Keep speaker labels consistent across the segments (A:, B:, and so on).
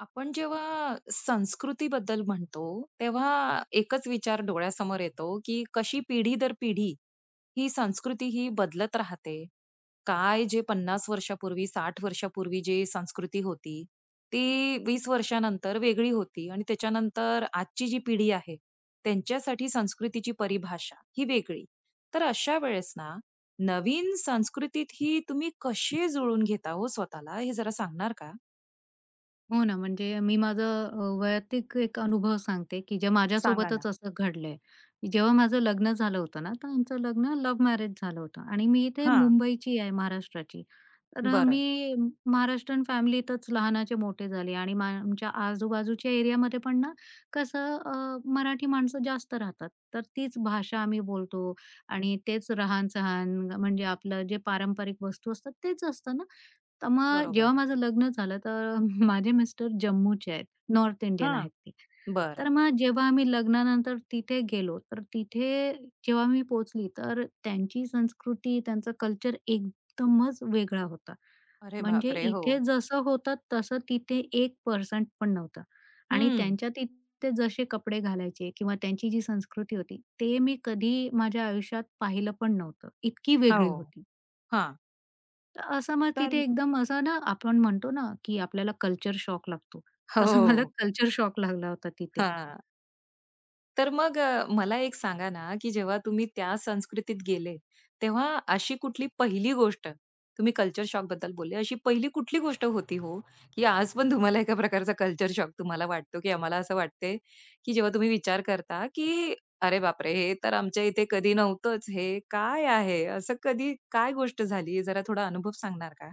A: आपण जेव्हा संस्कृतीबद्दल म्हणतो, तेव्हा एकच विचार डोळ्यासमोर येतो, की कशी पिढी दर पिढी ही संस्कृती ही बदलत राहते. काय जे 50 वर्षापूर्वी, 60 वर्षापूर्वी जे संस्कृती होती, ती 20 वर्षानंतर वेगळी होती आणि त्याच्यानंतर आजची जी पिढी आहे, त्यांच्यासाठी संस्कृतीची परिभाषा ही वेगळी. तर अशा वेळेस ना, नवीन संस्कृतीत ही तुम्ही कसे जुळवून घेता हो स्वतःला, हे जरा सांगणार का?
B: हो ना, म्हणजे मी माझं वैयक्तिक एक अनुभव सांगते, की जे
A: सांगा ना.
B: माझ्यासोबतच असं घडलंय. जेव्हा माझं लग्न झालं होतं ना, तर आमचं लग्न लव्ह मॅरेज झालं होतं आणि मी इथे
A: हां.
B: मुंबईची आहे, महाराष्ट्राची. तर
A: बरं,
B: मी महाराष्ट्रीयन फॅमिलीतच लहानाचे मोठे झाले आणि आमच्या आजूबाजूच्या एरियामध्ये पण ना, कसं मराठी माणसं जास्त राहतात. तर तीच भाषा आम्ही बोलतो आणि तेच राहान-सहान म्हणजे आपलं जे पारंपरिक वस्तू असतात तेच असतं ना. तर मग
A: बरोबर.
B: जेव्हा माझं लग्न झालं तर माझे मिस्टर जम्मूचे आहेत, नॉर्थ इंडियन
A: हां,
B: आहेत ते.
A: बरं.
B: तर मग जेव्हा आम्ही लग्नानंतर तिथे गेलो, तर तिथे जेव्हा मी पोहोचली, तर त्यांची संस्कृती, त्यांचा कल्चर एकदमच वेगळा होता.
A: अरे
B: म्हणजे
A: बापरे! हो.
B: इथे जसं होतं तसं तिथे 1% पण नव्हतं आणि
A: हं.
B: त्यांच्या तिथे जसे कपडे घालायचे किंवा त्यांची जी संस्कृती होती, ते मी कधी माझ्या आयुष्यात पाहिलं पण नव्हतं. इतकी
A: हो.
B: वेगळी होती.
A: हां.
B: तर असं मग
A: तर
B: तिथे एकदम असं ना आपण म्हणतो ना, की आपल्याला कल्चर शॉक लागतो. तसं मला
A: हो.
B: कल्चर शॉक लागला होता तिथे.
A: हां. तर मग मला एक सांगा ना, की जेव्हा तुम्ही त्या संस्कृतीत गेले, तेव्हा अशी कुठली पहिली गोष्ट तुम्ही कल्चर शॉकबद्दल बोलले, अशी पहिली कुठली गोष्ट होती हो, की आज पण तुम्हाला एका प्रकारचा कल्चर शॉक तुम्हाला वाटतो, की आम्हाला असं वाटते, की जेव्हा तुम्ही विचार करता, की "अरे बापरे! हे तर आमच्या इथे कधी नव्हतंच. हे काय आहे?" असं कधी काय गोष्ट झाली? जरा थोडा अनुभव सांगणार का?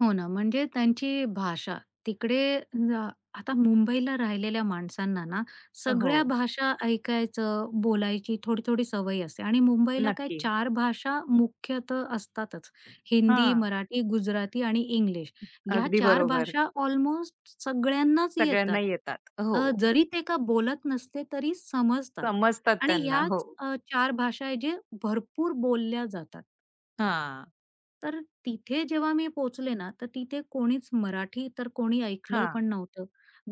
B: हो ना, म्हणजे त्यांची भाषा तिकडे आता मुंबईला राहिलेल्या माणसांना ना,
A: हो,
B: सगळ्या भाषा ऐकायचं, बोलायची थोडी-थोडी सवय असते आणि मुंबईला काय
A: नक्की.
B: चार भाषा मुख्यतः असतातच. हिंदी,
A: हां,
B: मराठी, गुजराती आणि इंग्लिश. या
A: अगदी
B: चार
A: बरोबर.
B: भाषा ऑलमोस्ट सगळ्यांनाच
A: सगळ्यांना
B: येतात.
A: येतात. हो,
B: जरी ते का बोलत नसले तरी समजतात
A: समजतात
B: आणि
A: त्यांना. हो.
B: ह्याच 4 भाषा आहे जे भरपूर बोलल्या जातात.
A: हां.
B: तर तिथे जेव्हा मी पोहोचले ना, तर तिथे कोणीच मराठी तर कोणी ऐकलं
A: हां.
B: पण नव्हतं.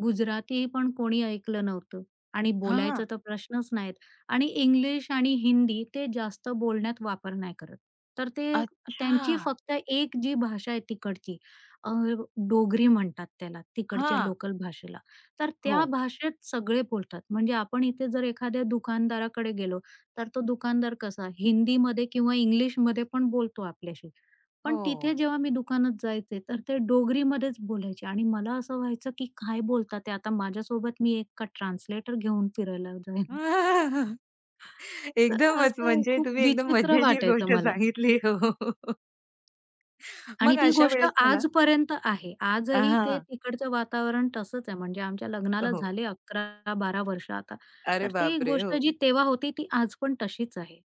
B: गुजराती पण कोणी ऐकलं नव्हतं आणि
A: हां.
B: बोलायचा तर प्रश्नच नाहीत आणि इंग्लिश आणि हिंदी ते जास्त बोलण्यात वापर नाही करत. तर ते
A: अच्छा!
B: त्यांची फक्त एक जी भाषा आहे तिकडची अ, डोगरी म्हणतात त्याला, तिकडच्या
A: हां.
B: लोकल भाषेला. तर
A: हो,
B: त्या भाषेत सगळे बोलतात. म्हणजे आपण इथे जर एखाद्या दुकानदाराकडे गेलो, तर तो दुकानदार कसा हिंदीमध्ये किंवा इंग्लिशमध्ये पण बोलतो आपल्याशी. पण तिथे
A: हो.
B: जेव्हा मी दुकानात जायचे, तर ते डोगरीमध्येच बोलायचे आणि मला असं व्हायचं, की काय बोलतात ते आता माझ्यासोबत मी एक का ट्रान्सलेटर घेऊन फिरायला जाईन. तर
A: एकदमच
B: असं
A: म्हणजे
B: खूप
A: तुम्ही एकदम
B: विचित्र
A: मजेशीर
B: वाटायचं
A: गोष्ट
B: मला
A: सांगितली. हो. मग
B: आणि ती
A: अशा
B: गोष्ट
A: वेळेस मला
B: आजपर्यंत आहे. आजही ते
A: हां.
B: तिकडचं वातावरण तसंच आहे. म्हणजे आमच्या लग्नाला
A: हो.
B: झाले 11-12 वर्ष आता.
A: अरे
B: तर ती
A: बापरे! हो.
B: गोष्ट जी तेव्हा होती, ती आज पण तशीच आहे.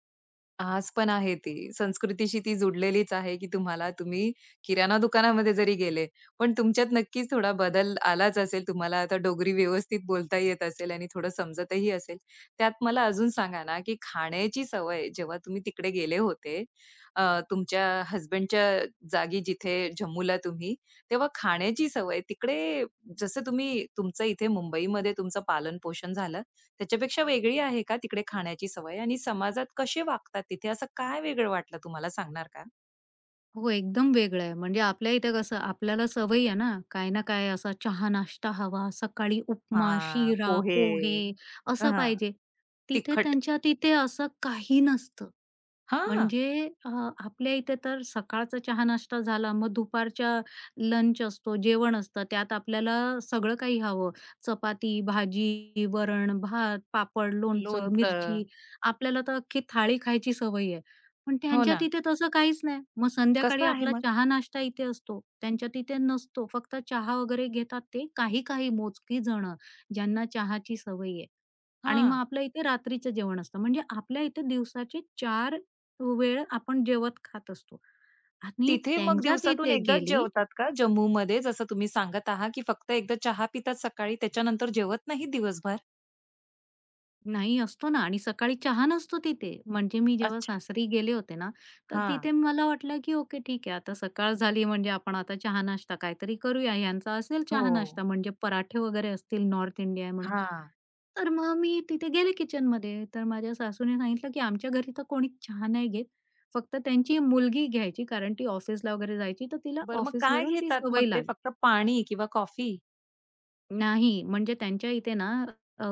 A: आज पण आहे ती. संस्कृतीशी ती जुडलेलीच आहे, की तुम्हाला तुम्ही किराणा दुकानामध्ये जरी गेले, पण तुमच्यात नक्कीच थोडा बदल आलाच असेल. तुम्हाला आता डोगरी व्यवस्थित बोलता येत असेल आणि थोडं समजतही असेल. त्यात मला अजून सांगा ना, की खाण्याची सवय जेव्हा तुम्ही तिकडे गेले होते, अ, तुमच्या हसबँडच्या जागी जिथे जम्मूला तुम्ही, तेव्हा खाण्याची सवय तिकडे जसं तुम्ही तुमचं इथे मुंबईमध्ये तुमचं पालन-पोषण झालं, त्याच्यापेक्षा वेगळी आहे का तिकडे खाण्याची सवय आणि समाजात कसे वागतात तिथे? असं काय वेगळं वाटलं तुम्हाला सांगणार का?
B: हो, एकदम वेगळं आहे. म्हणजे आपल्या इथे कसं आपल्याला सवयी आहे ना, काय ना काय असा चहा नाश्ता हवा, सकाळी उपमा,
A: हां,
B: शिरा,
A: पोहे
B: पोहे असं
A: हां,
B: पाहिजे. तिथे
A: तिखट
B: त्यांच्या तिथे असं काही नसतं.
A: हां,
B: म्हणजे आपल्या इथे तर सकाळचा चहा-नाश्ता झाला, मग दुपारच्या लंच असतो, जेवण असतं. त्यात आपल्याला सगळं काही हवं. चपाती, भाजी, वरण, भात, पापड, लोणचं,
A: लोणचं.
B: मिरची. आपल्याला तर अख्खी थाळी खायची सवय आहे. पण
A: हो
B: त्यांच्या
A: ना.
B: तिथे तसं काहीच नाही. मग
A: कसं
B: संध्याकाळी
A: आहे
B: आपला
A: मग?
B: चहा-नाश्ता इथे असतो, त्यांच्या तिथे नसतो. फक्त चहा वगैरे घेतात ते काही-काही मोजकी जणं, ज्यांना चहाची सवय आहे. आणि मग
A: हां.
B: आपल्या इथे रात्रीचं जेवण असतं. म्हणजे आपल्या इथे दिवसाचे 4 वेळ आपण जेवत खात असतो आणि
A: तिथे मग
B: त्यांच्या
A: दिवसातून
B: तिथे
A: एकदाच
B: गेली
A: जेवतात का जम्मूमध्ये जसं तुम्ही सांगत आहात, की फक्त एकदा चहा पितात सकाळी त्याच्यानंतर जेवत नाहीत दिवसभर?
B: नाही असतो ना आणि सकाळी चहा नसतो तिथे. म्हणजे मी जेव्हा
A: अच्छा.
B: सासरी गेले होते ना, तर
A: हां.
B: तिथे मला वाटलं की ओके ठीक आहे आता सकाळ झाली म्हणजे आपण आता चहा नाश्ता काहीतरी करूया. ह्यांचा असेल
A: हो.
B: चहा नाश्ता म्हणजे पराठे वगैरे असतील नॉर्थ इंडिया आहे म्हणून.
A: हां.
B: तर मग मी तिथे गेले किचनमध्ये. तर माझ्या सासूने सांगितलं की आमच्या घरी तर कोणी चहा नाही घेत. फक्त त्यांची मुलगी घ्यायची कारण ती ऑफिसला वगैरे जायची तर तिला
A: बरं मग काय
B: ऑफिसवरून ती
A: घेतात मग
B: सवय
A: ते
B: लागली.
A: फक्त पाणी किंवा कॉफी?
B: नाही, म्हणजे त्यांच्या इथे ना अ,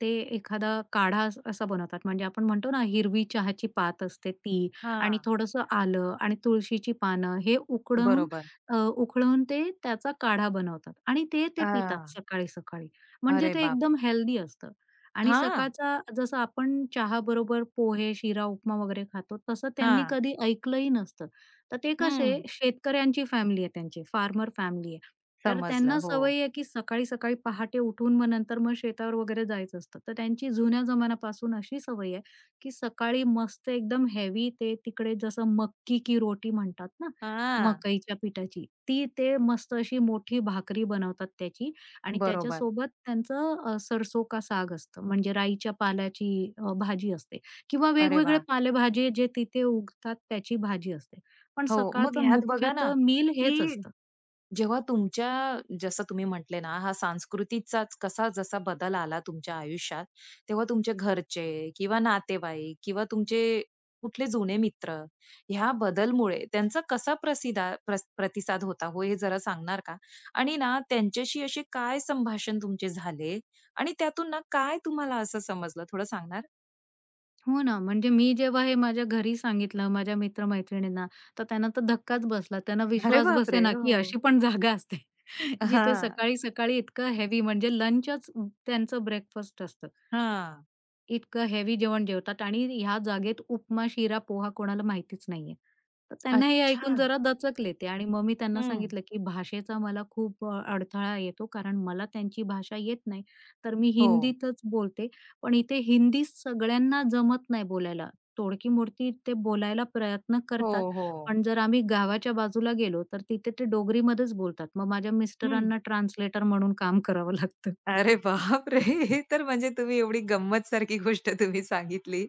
B: ते एखादा काढा असा बनवतात. म्हणजे आपण म्हणतो ना, हिरवी चहाची पात असते ती आणि
A: हां.
B: थोडंसं आलं आणि तुळशीची पानं हे उकडवून
A: बरोबर.
B: उकळवून ते त्याचा काढा बनवतात आणि ते ते पितात
A: हां.
B: सकाळी-सकाळी. म्हणजे
A: अरे
B: ते
A: बाप
B: एकदम हेल्दी असतं आणि
A: हा?
B: सकाळचा जसं आपण चहाबरोबर पोहे, शिरा, उपमा वगैरे खातो, तसं
A: हा?
B: त्यांनी कधी ऐकलंही नसतं. तर ते
A: हं.
B: कसे शेतकऱ्यांची फॅमिली आहे त्यांची, फार्मर फॅमिली आहे. तर
A: समजलं.
B: त्यांना
A: हो.
B: सवय आहे की सकाळी-सकाळी पहाटे उठून मग नंतर मग शेतावर वगैरे जायचं असतं. तर त्यांची जुन्या जमान्यापासून अशी सवय आहे, की सकाळी मस्त एकदम हेवी ते तिकडे जसं मक्की की रोटी म्हणतात ना,
A: हां.
B: मकईच्या पिठाची, ती ते मस्त अशी मोठी भाकरी बनवतात त्याची आणि
A: बरोबर.
B: त्याच्यासोबत त्यांचं सरसों का साग असतं. म्हणजे राईच्या पाल्याची भाजी असते किंवा
A: अरे
B: वेगवेगळे
A: वाह!
B: पालेभाजी जे तिथे उगतात त्याची भाजी असते. पण
A: हो, मग
B: सकाळचं
A: ह्यात बघा ना,
B: मुख्यतः मील हेच
A: की
B: असतं.
A: जेव्हा तुमच्या जसं तुम्ही म्हटले ना, हा सांस्कृतीचाच कसा जसा बदल आला तुमच्या आयुष्यात, तेव्हा तुमचे घरचे किंवा नातेवाईक किंवा तुमचे कुठले जुने मित्र, ह्या बदलमुळे त्यांचा कसा प्रसिदा प्रस प्रतिसाद होता हो, हे जरा सांगणार का? आणि ना, त्यांच्याशी असे काय संभाषण तुमचे झाले आणि त्यातून ना, काय तुम्हाला असं समजलं थोडं सांगणार
B: हो ना, म्हणजे मी जेव्हा हे माझ्या घरी सांगितलं माझ्या मित्र-मैत्रिणींना, तर त्यांना तर धक्काच बसला. त्यांना
A: अरे
B: विश्वास
A: बापरे!
B: बसेना, की
A: हो.
B: अशी पण जागा असते, जिथे
A: हां.
B: सकाळी-सकाळी इतकं हेवी म्हणजे लंचच त्यांचं ब्रेकफास्ट असतं.
A: हां.
B: इतकं हेवी जेवण जेवतात आणि ह्या जागेत उपमा, शिरा, पोहा कोणाला माहितीच नाहीये. तर त्यांना हे
A: अच्छा.
B: ऐकून जरा दचकले ते आणि मग मी त्यांना
A: हं.
B: सांगितलं, की भाषेचा मला खूप अडथळा येतो कारण मला त्यांची भाषा येत नाही. तर मी
A: हो.
B: हिंदीतच बोलते. पण इथे हिंदी सगळ्यांना जमत नाही बोलायला. तोडकी-मोडकी ते बोलायला प्रयत्न
A: हो,
B: करतात.
A: हो.
B: पण जर आम्ही गावाच्या बाजूला गेलो, तर तिथे ते डोगरीमध्येच बोलतात. मग माझ्या
A: हं.
B: मिस्टरांना ट्रान्सलेटर म्हणून काम करावं लागतं.
A: अरे बापरे! हे तर म्हणजे तुम्ही एवढी गंमतसारखी गोष्ट तुम्ही सांगितली.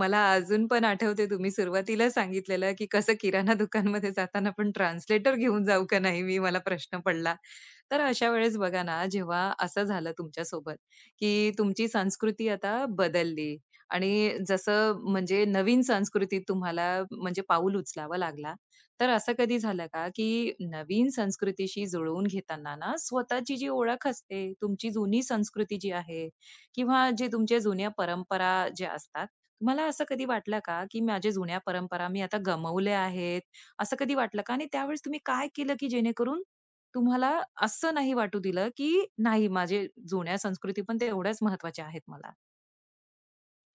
A: मला अजून पण आठवते तुम्ही सुरुवातीला सांगितलेलं, की कसं किराणा दुकानमध्ये जाताना पण ट्रान्सलेटर घेऊन जाऊ का नाही मी, मला प्रश्न पडला. तर अशा वेळेस बघा ना, जेव्हा असं झालं तुमच्यासोबत, की तुमची संस्कृती आता बदलली आणि जसं म्हणजे नवीन संस्कृतीत तुम्हाला म्हणजे पाऊल उचलावा लागला. तर असं कधी झालं का, की नवीन संस्कृतीशी जुळवून घेताना ना, स्वतःची जी ओळख असते, तुमची जुनी संस्कृती जी आहे किंवा जे तुमच्या जुन्या परंपरा ज्या असतात, तुम्हाला असं कधी वाटलं का, की माझ्या जुन्या परंपरा मी आता गमावल्या आहेत, असं कधी वाटलं का? आणि त्यावेळेस तुम्ही काय केलं, की जेणेकरून तुम्हाला असं नाही वाटू दिलं, की नाही माझे जुन्या संस्कृती पण तेवढ्याच महत्त्वाच्या आहेत मला?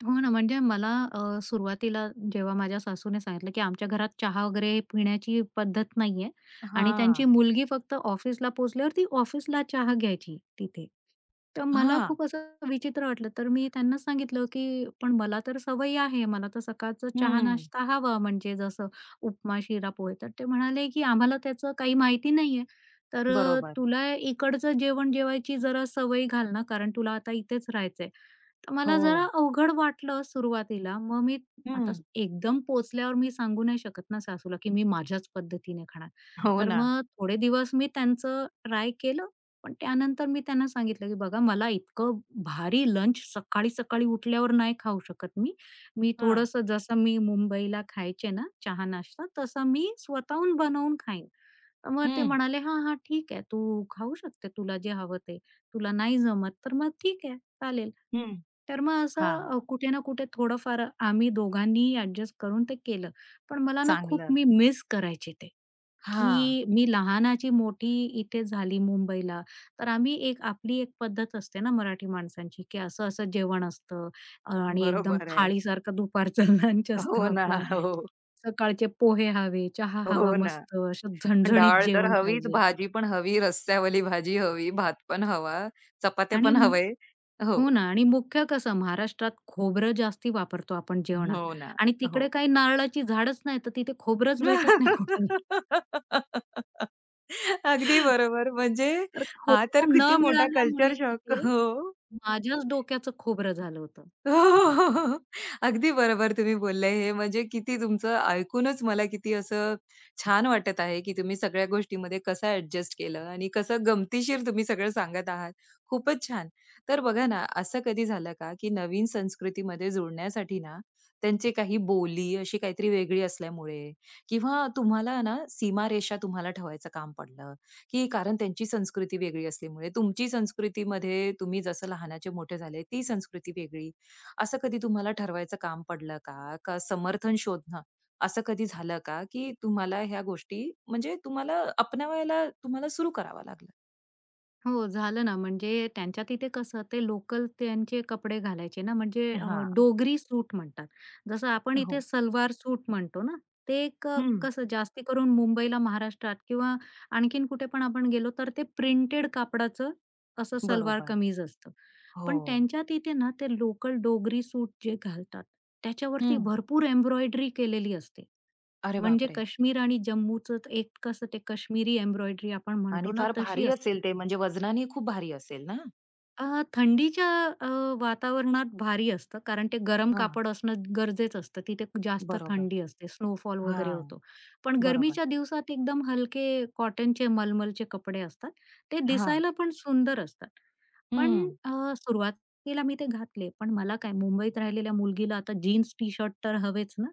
B: हो ना, म्हणजे मला सुरुवातीला जेव्हा माझ्या सासूने सांगितलं, की आमच्या घरात चहा वगैरे पिण्याची पद्धत नाहीये आणि
A: हां.
B: त्यांची मुलगी फक्त ऑफिसला पोहोचल्यावर ती ऑफिसला चहा घ्यायची तिथे. तर मला
A: हां.
B: खूप असं विचित्र वाटलं. तर मी त्यांना सांगितलं, की "पण मला तर सवय आहे. मला तर सकाळचा
A: हं.
B: चहा-नाश्ता हवा म्हणजे जसं उपमा, शिरा, पोहे." तर ते म्हणाले, "की आम्हाला त्याचं काही माहिती नाहीये. तर
A: बरोबर.
B: तुला इकडचं जेवण जेवायची जरा सवय घाल ना, कारण तुला आता इथेच राहायचंय." तर मला जरा
A: हो.
B: अवघड वाटलं सुरुवातीला. मग मी आता
A: हं.
B: एकदम पोहोचल्यावर मी सांगू नाही शकत ना सासूला, की मी माझ्याच पद्धतीने खाणार.
A: हो
B: तर
A: ना.
B: मग थोडे दिवस मी त्यांचं ट्राय केलं. पण त्यानंतर मी त्यांना सांगितलं, की "बघा मला इतकं भारी लंच सकाळी-सकाळी उठल्यावर नाही खाऊ शकत मी. मी
A: हां.
B: थोडंसं जसं मी मुंबईला खायचे ना चहा नाश्ता, तसं मी स्वतःहून बनवून खाईन." मग ते म्हणाले, "हां, हां, ठीक आहे. तू खाऊ शकते. तुला जे हवं ते. तुला नाही जमत तर मग ठीक आहे, चालेल."
A: हं.
B: तर मग असं
A: हां,
B: कुठे ना कुठे थोडंफार आम्ही दोघांनीही ॲडजस्ट करून ते केलं. पण मला ना खूप
A: चांगलं.
B: मी मिस करायचे ते,
A: हां,
B: की मी लहानाची मोठी इथे झाली मुंबईला. तर आम्ही एक आपली एक पद्धत असते ना मराठी माणसांची, की असं-असं जेवण असतं आणि एकदम
A: बरोबर आहे.
B: थाळीसारखा दुपारचा लंच असतो
A: हो ना.
B: आपला.
A: हो,
B: सकाळचे पोहे हवे, चहा हवा
A: हो ना.
B: मस्त, असं झणझणीत
A: डाळ तर
B: जेवण
A: हवीच,
B: पाहिजे.
A: भाजी पण हवी, रस्स्यावाली भाजी हवी, भात पण हवा, चपात्या
B: आणि
A: पण हवे. हो,
B: हो ना आणि मुख्य कसं महाराष्ट्रात खोबरं जास्ती वापरतो आपण जेवणात
A: हो ना.
B: आणि तिकडे
A: हो.
B: काही नारळाची झाडच नाही, तर तिथे खोबरंच भेटत नाही कोणाला.
A: अगदी बरोबर. म्हणजे
B: तर
A: हा तर
B: खोबरं
A: किती
B: न
A: मोठा
B: मिळाल्यामुळे
A: कल्चर शॉक.
B: तिथे
A: हो.
B: माझ्याच डोक्याचं खोबरं झालं होतं.
A: हो, हो, हो, हो, हो. अगदी बरोबर तुम्ही बोलले. हे म्हणजे किती तुमचं ऐकूनच मला किती असं छान वाटत आहे, की तुम्ही सगळ्या गोष्टीमध्ये कसं ॲडजस्ट केलं आणि कसं गमतीशीर तुम्ही सगळं सांगत आहात. खूपच छान. तर बघा ना, असं कधी झालं का, की नवीन संस्कृतीमध्ये जुळण्यासाठी ना, त्यांची काही बोली अशी काहीतरी वेगळी असल्यामुळे किंवा तुम्हाला ना सीमारेषा तुम्हाला ठेवायचं काम पडलं, की कारण त्यांची संस्कृती वेगळी असल्यामुळे तुमची संस्कृतीमध्ये तुम्ही जसं लहानाचे मोठे झाले, ती संस्कृती वेगळी. असं कधी तुम्हाला ठरवायचं काम पडलं का? का समर्थन शोधणं असं कधी झालं का, की तुम्हाला ह्या गोष्टी म्हणजे तुम्हाला अपनावायला तुम्हाला सुरू करावं लागलं?
B: हो, झालं ना. म्हणजे त्यांच्या तिथे कसं ते लोकल त्यांचे कपडे घालायचे ना, म्हणजे
A: हां.
B: डोगरी सूट म्हणतात. जसं आपण
A: हो.
B: इथे सलवार सूट म्हणतो ना, ते एक
A: हं.
B: कसं जास्ती करून मुंबईला, महाराष्ट्रात किंवा आणखीन कुठे पण आपण गेलो, तर ते प्रिंटेड कापडाचं असं सलवार
A: बरोबर.
B: कमीज असतं.
A: हो.
B: पण त्यांच्या तिथे ना, ते लोकल डोगरी सूट जे घालतात, त्याच्यावरती
A: हं.
B: भरपूर एम्ब्रॉयडरी केलेली असते.
A: अरे
B: म्हणजे
A: बापरे!
B: काश्मीर आणि जम्मूचं एक कसं ते काश्मीरी एम्ब्रॉयडरी आपण
A: आणि
B: म्हणतो ना,
A: फार
B: तशी
A: भारी
B: असते.
A: असेल ते म्हणजे वजनाने खूप भारी असेल ना?
B: थंडीच्या अ, वातावरणात भारी असतं, कारण ते गरम
A: हां.
B: कापड असणं गरजेचं असतं. तिथे जास्त
A: बरोबर.
B: थंडी असते, स्नोफॉल वगैरे
A: हां.
B: होतो. पण
A: बरोबर.
B: गरमीच्या दिवसात एकदम हलके कॉटनचे, मलमलचे कपडे असतात. ते
A: हां.
B: दिसायला पण सुंदर असतात. पण
A: हं.
B: सुरुवातीला मी ते घातले. पण मला काय मुंबईत राहिलेल्या मुलगीला आता जीन्स टी-शर्ट तर हवेच ना.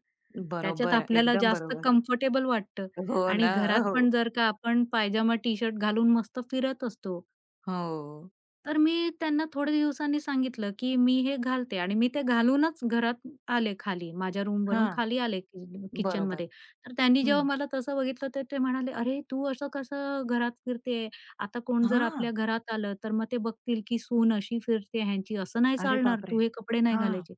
B: त्याच्यात
A: बरोबर.
B: आपल्याला
A: एकदम
B: जास्त
A: बरोबर.
B: कम्फर्टेबल वाटतं
A: हो
B: आणि
A: ना.
B: घरात
A: हो.
B: पण जर का आपण पायजामा टी-शर्ट घालून मस्त फिरत असतो,
A: हो.
B: तर मी त्यांना थोड्या दिवसांनी सांगितलं, की मी हे घालते आणि मी ते घालूनच घरात आले खाली. माझ्या रूमवरून
A: हां.
B: खाली आले कि
A: बरोबर.
B: किचनमध्ये. तर त्यांनी
A: हं.
B: जेव्हा मला तसं बघितलं, तर ते म्हणाले, "अरे, तू असं कसं घरात फिरते? आता कोण जर
A: हां.
B: आपल्या घरात आलं, तर मग ते बघतील की सून अशी फिरते ह्यांची. असं नाही
A: अरे
B: चालणार.
A: बापरे!
B: तू हे कपडे नाही
A: हां.
B: घालायचे."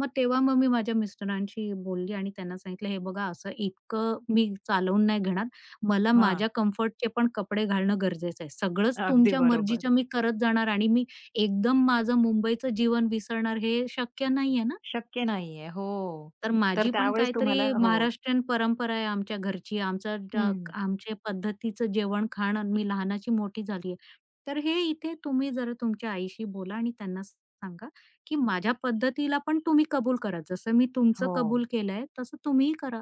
B: मग तेव्हा मग मी माझ्या मिस्टरांशी बोलली आणि त्यांना सांगितलं, "हे बघा असं इतकं मी चालवून नाही घेणार. मला
A: हां.
B: माझ्या कम्फर्टचे पण कपडे घालणं गरजेचं आहे. सगळंच
A: अगदी
B: तुमच्या
A: बरोबर.
B: मर्जीचं मी करत जाणार आणि मी एकदम माझं मुंबईचं जीवन विसरणार हे शक्य नाहीये ना."
A: शक्य नाहीये. हो.
B: तर
A: तर
B: माझी पण
A: त्यावेळेस तुम्हाला
B: काहीतरी
A: हो.
B: महाराष्ट्रीयन परंपरा आहे आमच्या घरची. आमचा ज्या
A: हं.
B: आमच्या पद्धतीचं जेवण-खाण मी लहानाची मोठी झाली आहे. तर हे इथे तुम्ही जरा तुमच्या आईशी बोला आणि त्यांना सांगा, की माझ्या पद्धतीला पण तुम्ही कबूल करा. जसं मी तुमचं
A: हो.
B: कबूल केलंय तसं तुम्हीही करा.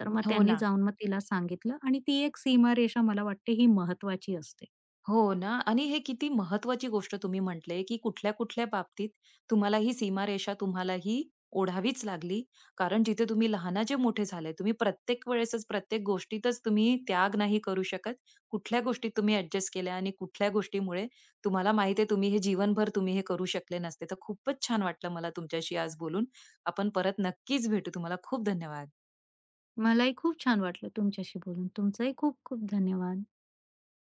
B: तर मग
A: हो
B: त्यांनी
A: ना.
B: जाऊन मग तिला सांगितलं आणि ती एक सीमारेषा मला वाटते ही महत्वाची असते.
A: हो ना आणि हे किती महत्वाची गोष्ट तुम्ही म्हटले, की कुठल्या-कुठल्या बाबतीत तुम्हाला ही सीमारेषा तुम्हाला ही ओढावीच लागली. कारण जिथे तुम्ही लहानाचे मोठे झाले, तुम्ही प्रत्येक वेळेसच प्रत्येक गोष्टीतच तुम्ही त्याग नाही करू शकत. कुठल्या गोष्टीत तुम्ही ॲडजस्ट केल्या आणि कुठल्या गोष्टीमुळे तुम्हाला माहिती आहे तुम्ही हे जीवनभर तुम्ही हे करू शकले नसते. तर खूपच छान वाटलं मला तुमच्याशी आज बोलून. आपण परत नक्कीच भेटू. तुम्हाला खूप धन्यवाद.
B: मलाही खूप छान वाटलं तुमच्याशी बोलून. तुमचंही खूप खूप धन्यवाद.